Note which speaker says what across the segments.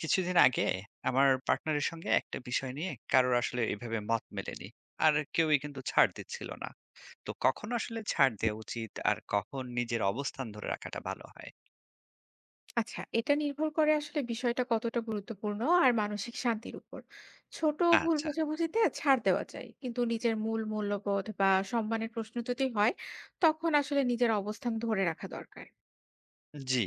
Speaker 1: কিছুদিন আগে আমার পার্টনারের সঙ্গে একটা বিষয় নিয়ে কারোর আসলে এভাবে মত মেলেনি। আর কেউই কিন্তু ছাড় দিচ্ছিল না। তো কখন আসলে ছাড় দেওয়া উচিত আর কখন নিজের অবস্থান ধরে রাখাটা ভালো হয়?
Speaker 2: আচ্ছা, এটা নির্ভর করে আসলে বিষয়টা কতটা গুরুত্বপূর্ণ আর মানসিক শান্তির উপর। ছোট ভুল
Speaker 1: আচ্ছা।
Speaker 2: বোঝাবুঝিতে ছাড় দেওয়া যায়, কিন্তু নিজের মূল মূল্যবোধ বা সম্মানের প্রশ্ন যদি হয় তখন আসলে নিজের অবস্থান ধরে রাখা দরকার।
Speaker 1: জি।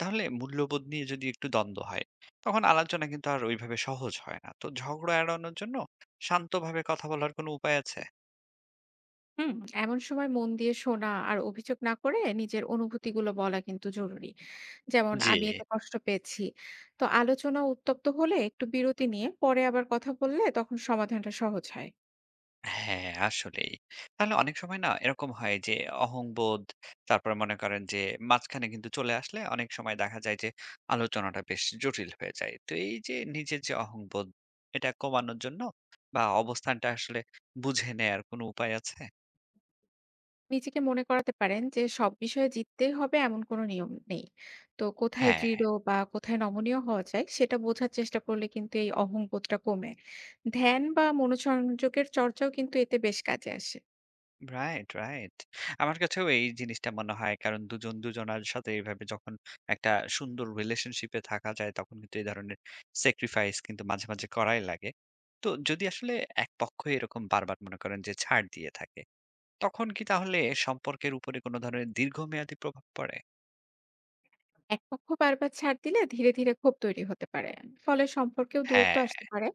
Speaker 1: তাহলে মূল্যবোধ নিয়ে যদি একটু দ্বন্দ্ব হয়, তখন আলোচনা কিন্তু আর ওইভাবে সহজ হয় না। তো ঝগড়া এড়ানোর জন্য শান্তভাবে কথা বলার কোনো উপায় আছে?
Speaker 2: হুম এমন সময় মন দিয়ে শোনা আর অভিযোগ না করে নিজের অনুভূতিগুলো বলা কিন্তু জরুরি, যেমন
Speaker 1: জি।
Speaker 2: আমি এতে কষ্ট পেয়েছি। তো আলোচনা উত্তপ্ত হলে একটু বিরতি নিয়ে পরে আবার কথা বললে তখন সমাধানটা সহজ হয়।
Speaker 1: হ্যাঁ, আসলেই। তাহলে অনেক সময় না এরকম হয় যে অহংবোধ, তারপরে মনে করেন যে মাঝখানে কিন্তু চলে আসলে অনেক সময় দেখা যায় যে আলোচনাটা বেশ জটিল হয়ে যায়। তো এই যে নিজের যে অহংবোধ, এটা কমানোর জন্য বা অবস্থানটা আসলে বুঝে নেয়ার কোনো উপায় আছে?
Speaker 2: নিজেকে মনে করাতে পারেন যে সব বিষয়ে জিততেই হবে এমন কোনো নিয়ম নেই। তো কোথায়
Speaker 1: হ্যাঁ।
Speaker 2: দৃঢ় বা কোথায় নমনীয় হওয়া যায় সেটা বোঝার চেষ্টা করলে কিন্তু এই অহংবোধটা কমে। ধ্যান বা মনোসংযোগের চর্চাও কিন্তু এতে বেশ কাজে আসে।
Speaker 1: Right, right. আমার কাছেও এই জিনিসটা মনে হয়। কারণ দুজন দুজনার সাথে এভাবে যখন একটা সুন্দর রিলেশনশিপ এ থাকা যায়, তখন কিন্তু এই ধরনের স্যাক্রিফাইস কিন্তু মাঝে, মাঝে করাই লাগে। তো যদি আসলে এক পক্ষ এরকম বারবার মনে করেন যে ছাড় দিয়ে থাকে, তখন কি তাহলে সম্পর্কের উপরে কোন ধরনের দীর্ঘমেয়াদী প্রভাব পড়ে?
Speaker 2: একপক্ষ বারবার ছাড় দিলে ধীরে, ধীরে ক্ষোভ তৈরি হতে পারে। ফলে সম্পর্কেও দূরত্ব
Speaker 1: হ্যাঁ।
Speaker 2: আসতে পারে।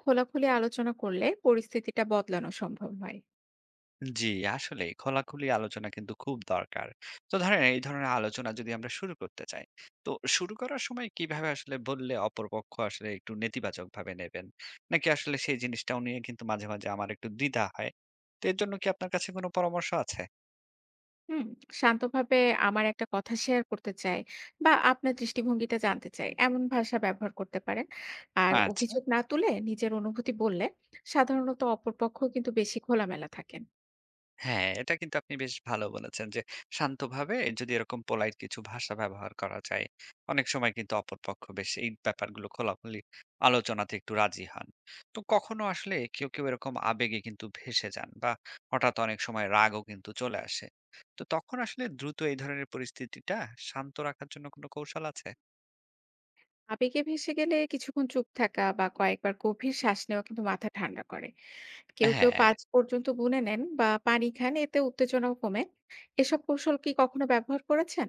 Speaker 2: খোলাখুলি আলোচনা করলে পরিস্থিতিটা বদলানো সম্ভব হয়।
Speaker 1: জি, আসলে খোলাখুলি আলোচনা কিন্তু খুব দরকার। তো ধরেন এই ধরনের আলোচনা যদি আমরা শুরু করতে চাই, তো শুরু করার সময় কিভাবে আসলে বললে অপরপক্ষ আসলে একটু নেতিবাচকভাবে নেবেন? নাকি আসলে সেই জিনিসটাও নিয়ে কিন্তু মাঝে, মাঝে আমার একটু দ্বিধা হয়। তো এর জন্য কি আপনার কাছে কোনো পরামর্শ আছে?
Speaker 2: হুম, শান্তভাবে আমার একটা কথা শেয়ার করতে চাই বা আপনার দৃষ্টিভঙ্গিটা জানতে চাই এমন ভাষা ব্যবহার করতে পারেন। আর
Speaker 1: আচ্ছা।
Speaker 2: অভিযোগ না তুলে নিজের অনুভূতি বললে সাধারণত অপরপক্ষ কিন্তু বেশি খোলামেলা থাকেন।
Speaker 1: হ্যাঁ, এটা কিন্তু আপনি বেশ ভালো বলেছেন যে, শান্তভাবে যদি এরকম পোলাইট কিছু ভাষা ব্যবহার করা যায়, অনেক সময় কিন্তু অপরপক্ষ বেশ এই ব্যাপারগুলো খোলাখুলি আলোচনাতে একটু রাজি হন। তো কখনো আসলে কেউ, কেউ এরকম আবেগে কিন্তু ভেসে যান বা হঠাৎ অনেক সময় রাগও কিন্তু চলে আসে। তো তখন আসলে দ্রুত এই ধরনের পরিস্থিতিটা শান্ত রাখার জন্য কোনো কৌশল আছে?
Speaker 2: আবেগে ভেসে গেলে কিছুক্ষণ চুপ থাকা বা কয়েকবার গভীর শ্বাস নেওয়া কিন্তু মাথা ঠান্ডা করে। কেউ, কেউ
Speaker 1: হ্যাঁ।
Speaker 2: ৫ পর্যন্ত গুনে নেন বা পানি খান, এতে উত্তেজনাও কমে। এসব কৌশল কি কখনো ব্যবহার করেছেন?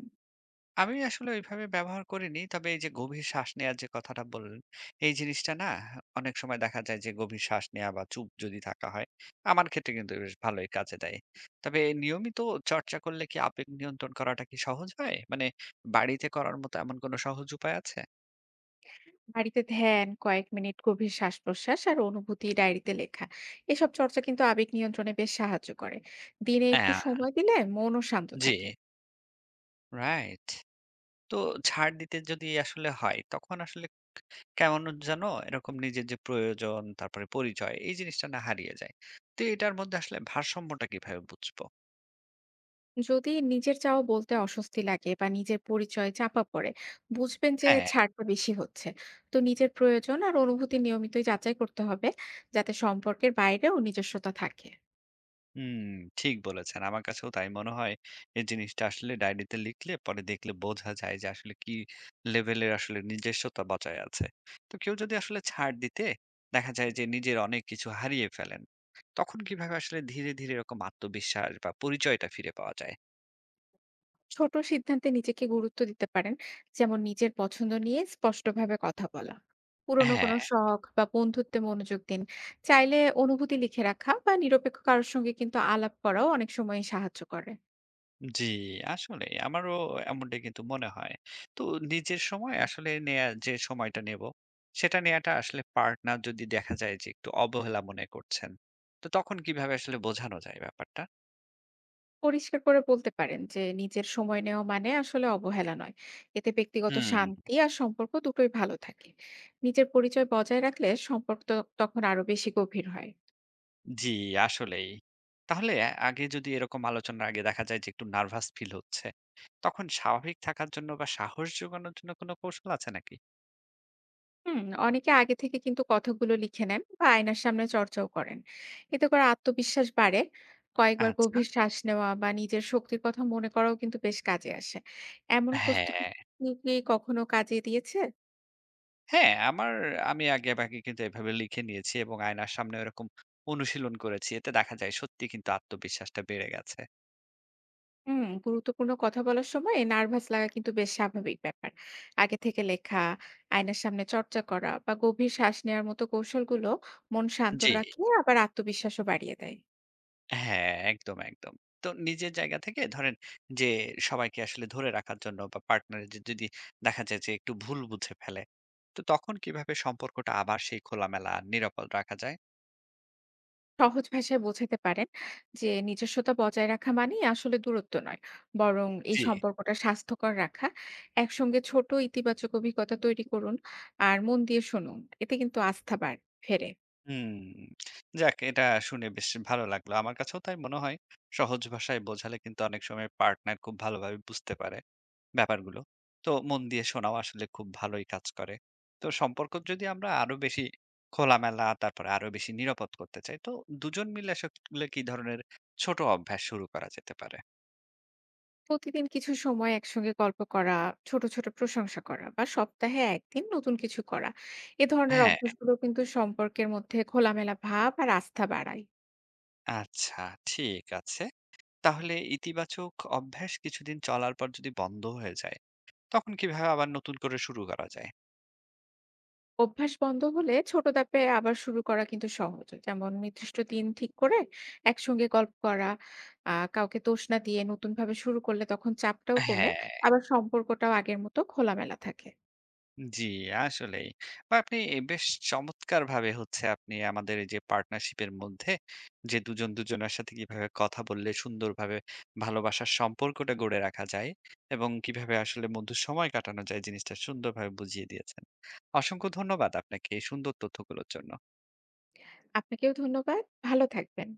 Speaker 1: আমি আসলে ওইভাবে ব্যবহার করিনি। তবে এই যে গভীর শ্বাস নেয়ার যে কথাটা বললেন, এই জিনিসটা না অনেক সময় দেখা যায় যে গভীর শ্বাস নেয়া বা চুপ যদি থাকা হয়, আমার ক্ষেত্রে কিন্তু বেশ ভালোই কাজে দেয়। তবে নিয়মিত চর্চা করলে কি আবেগ নিয়ন্ত্রণ করাটা কি সহজ হয়? মানে বাড়িতে করার মতো এমন কোনো সহজ উপায় আছে?
Speaker 2: বাড়িতে ধ্যান, কয়েক মিনিট গভীর শ্বাস-প্রশ্বাস আর অনুভূতি ডায়েরিতে লেখা। এসব চর্চা কিন্তু আবেগ নিয়ন্ত্রণে বেশ সাহায্য করে। দিনে একটু
Speaker 1: হ্যাঁ।
Speaker 2: সময় দিলে মনও শান্ত
Speaker 1: জি,
Speaker 2: থাকে।
Speaker 1: রাইট। তো ছাড় দিতে যদি আসলে হয়, তখন আসলে কেমন যেন এরকম নিজের যে প্রয়োজন, তারপরে পরিচয় এই জিনিসটা না হারিয়ে যায়। তো এটার মধ্যে আসলে ভারসাম্যটা কিভাবে বুঝবো?
Speaker 2: যদি নিজের চাওয়া বলতে অস্বস্তি লাগে বা নিজের পরিচয় চাপা পড়ে, বুঝবেন যে
Speaker 1: হ্যাঁ,
Speaker 2: ছাড়টা বেশি হচ্ছে। তো নিজের প্রয়োজন আর অনুভূতি নিয়মিতই যাচাই করতে হবে, যাতে সম্পর্কের বাইরেও নিজস্বতা থাকে।
Speaker 1: হুম, ঠিক বলেছেন। আমার কাছেও তাই মনে হয়। এই জিনিসটা আসলে ডায়েরিতে লিখলে পরে দেখলে বোঝা যায় যে আসলে কি লেভেলের আসলে নিজস্বতা বজায় আছে। তো কেউ যদি আসলে ছাড় দিতে দেখা যায় যে নিজের অনেক কিছু হারিয়ে ফেলেন, তখন কিভাবে আসলে ধীরে, ধীরে এরকম আত্মবিশ্বাস বা পরিচয়টা ফিরে পাওয়া যায়?
Speaker 2: ছোট সিদ্ধান্তে নিজেকে গুরুত্ব দিতে পারেন, যেমন নিজের পছন্দ নিয়ে স্পষ্টভাবে কথা বলা, পুরনো
Speaker 1: হ্যাঁ।
Speaker 2: কোনো শখ বা বন্ধুত্বে মনোযোগ দিন। চাইলে অনুভূতি লিখে রাখা বা নিরপেক্ষ কারোর সঙ্গে কিন্তু আলাপ করাও অনেক সময় সাহায্য করে।
Speaker 1: জি, আসলে আমারও এমনটাই কিন্তু মনে হয়। তো নিজের সময় আসলে নেয়া যে সময়টা নেব, সেটা নেয়াটা আসলে পার্টনার যদি দেখা যায় যে একটু অবহেলা মনে করছেন, তো তখন কিভাবে আসলে বোঝানো যায় ব্যাপারটা?
Speaker 2: পরিষ্কার করে বলতে পারেন যে নিজের সময় নেওয়া মানে আসলে অবহেলা নয়, এতে ব্যক্তিগত
Speaker 1: হুম।
Speaker 2: শান্তি আর সম্পর্ক দুটোই ভালো থাকে। নিজের পরিচয় বজায় রাখলে সম্পর্ক তখন আরো বেশি গভীর হয়।
Speaker 1: জি, আসলেই। তাহলে আগে যদি এরকম আলোচনার আগে দেখা যায় যে একটু নার্ভাস ফিল হচ্ছে, তখন স্বাভাবিক থাকার জন্য বা সাহস জোগানোর জন্য কোনো কৌশল আছে নাকি?
Speaker 2: হুম, অনেকে আগে থেকে কিন্তু কথাগুলো লিখে নেন বা আয়নার সামনে চর্চাও করেন। এতে করে আত্মবিশ্বাস বাড়ে। কয়েকবার
Speaker 1: আচ্ছা।
Speaker 2: গভীর শ্বাস নেওয়া বা নিজের শক্তির কথা মনে করাও কিন্তু বেশ কাজে আসে। এমন প্রস্তুতি
Speaker 1: হ্যাঁ।
Speaker 2: কি কখনো কাজে দিয়েছে?
Speaker 1: হ্যাঁ, আমি আগেভাগে কিন্তু এভাবে লিখে নিয়েছি এবং আয়নার সামনে ওরকম অনুশীলন করেছি। এতে দেখা যায় সত্যি কিন্তু আত্মবিশ্বাসটা বেড়ে গেছে।
Speaker 2: গুরুত্বপূর্ণ কথা বলার সময় নার্ভাস লাগা কিন্তু বেশ স্বাভাবিক ব্যাপার। আগে থেকে লেখা, আয়নার সামনে চর্চা করা বা গভীর শ্বাস নেওয়ার মতো কৌশলগুলো মন শান্ত
Speaker 1: জি।
Speaker 2: রাখে, আবার আত্মবিশ্বাসও বাড়িয়ে দেয়।
Speaker 1: হ্যাঁ, একদম, একদম। তো নিজের জায়গা থেকে ধরেন যে সবাইকে আসলে ধরে রাখার জন্য বা পার্টনার যে যদি দেখা যায় যে একটু ভুল বুঝে ফেলে, তো তখন কিভাবে সম্পর্কটা আবার সেই খোলামেলা আর নিরাপদ রাখা যায়?
Speaker 2: সহজ ভাষায় বোঝাতে পারেন যে নিজস্বতা বজায় রাখা মানেই আসলে দূরত্ব নয়, বরং এই
Speaker 1: জি।
Speaker 2: সম্পর্কটা স্বাস্থ্যকর রাখা। একসঙ্গে ছোট ইতিবাচক অভিজ্ঞতা তৈরি করুন আর মন দিয়ে শুনুন। এতে কিন্তু আস্থা ফেরে।
Speaker 1: হুম, যাক এটা শুনে বেশ ভালো লাগলো। আমার কাছেও তাই মনে হয়। সহজ ভাষায় বোঝালে কিন্তু অনেক সময় পার্টনার খুব ভালোভাবে বুঝতে পারে ব্যাপারগুলো। তো মন দিয়ে শোনাও আসলে খুব ভালোই কাজ করে। তো সম্পর্ক যদি আমরা আরো বেশি খোলামেলা, তারপরে আরো বেশি নিরাপদ করতে চাই, তো ২ জন মিলে আসলে কি ধরনের ছোট অভ্যাস শুরু করা যেতে পারে?
Speaker 2: প্রতিদিন কিছু সময় একসঙ্গে গল্প করা, ছোট, ছোট প্রশংসা করা বা সপ্তাহে ১ দিন নতুন কিছু করা। এ ধরনের
Speaker 1: হ্যাঁ,
Speaker 2: অভ্যাসগুলো কিন্তু সম্পর্কের মধ্যে খোলামেলা ভাব আর আস্থা বাড়ায়।
Speaker 1: আচ্ছা, ঠিক আছে। তাহলে ইতিবাচক অভ্যাস কিছুদিন চলার পর যদি বন্ধ হয়ে যায়, তখন কিভাবে আবার নতুন করে শুরু করা যায়?
Speaker 2: অভ্যাস বন্ধ হলে ছোট ধাপে আবার শুরু করা কিন্তু সহজ, যেমন নির্দিষ্ট দিন ঠিক করে একসঙ্গে গল্প করা। কাউকে দোষ না দিয়ে নতুন ভাবে শুরু করলে তখন চাপটাও কমে,
Speaker 1: হ্যাঁ।
Speaker 2: আবার সম্পর্কটাও আগের মতো খোলামেলা থাকে।
Speaker 1: জি, আসলেই। বা আপনি বেশ চমৎকারভাবে হচ্ছে আপনি আমাদের এই যে পার্টনারশিপের মধ্যে যে দুজন দুজনের সাথে কিভাবে কথা বললে সুন্দরভাবে ভালোবাসার সম্পর্কটা গড়ে রাখা যায় এবং কিভাবে আসলে মধুর সময় কাটানো যায় জিনিসটা সুন্দরভাবে বুঝিয়ে দিয়েছেন। অসংখ্য ধন্যবাদ আপনাকে এই সুন্দর তথ্যগুলোর জন্য।
Speaker 2: আপনাকেও ধন্যবাদ, ভালো থাকবেন।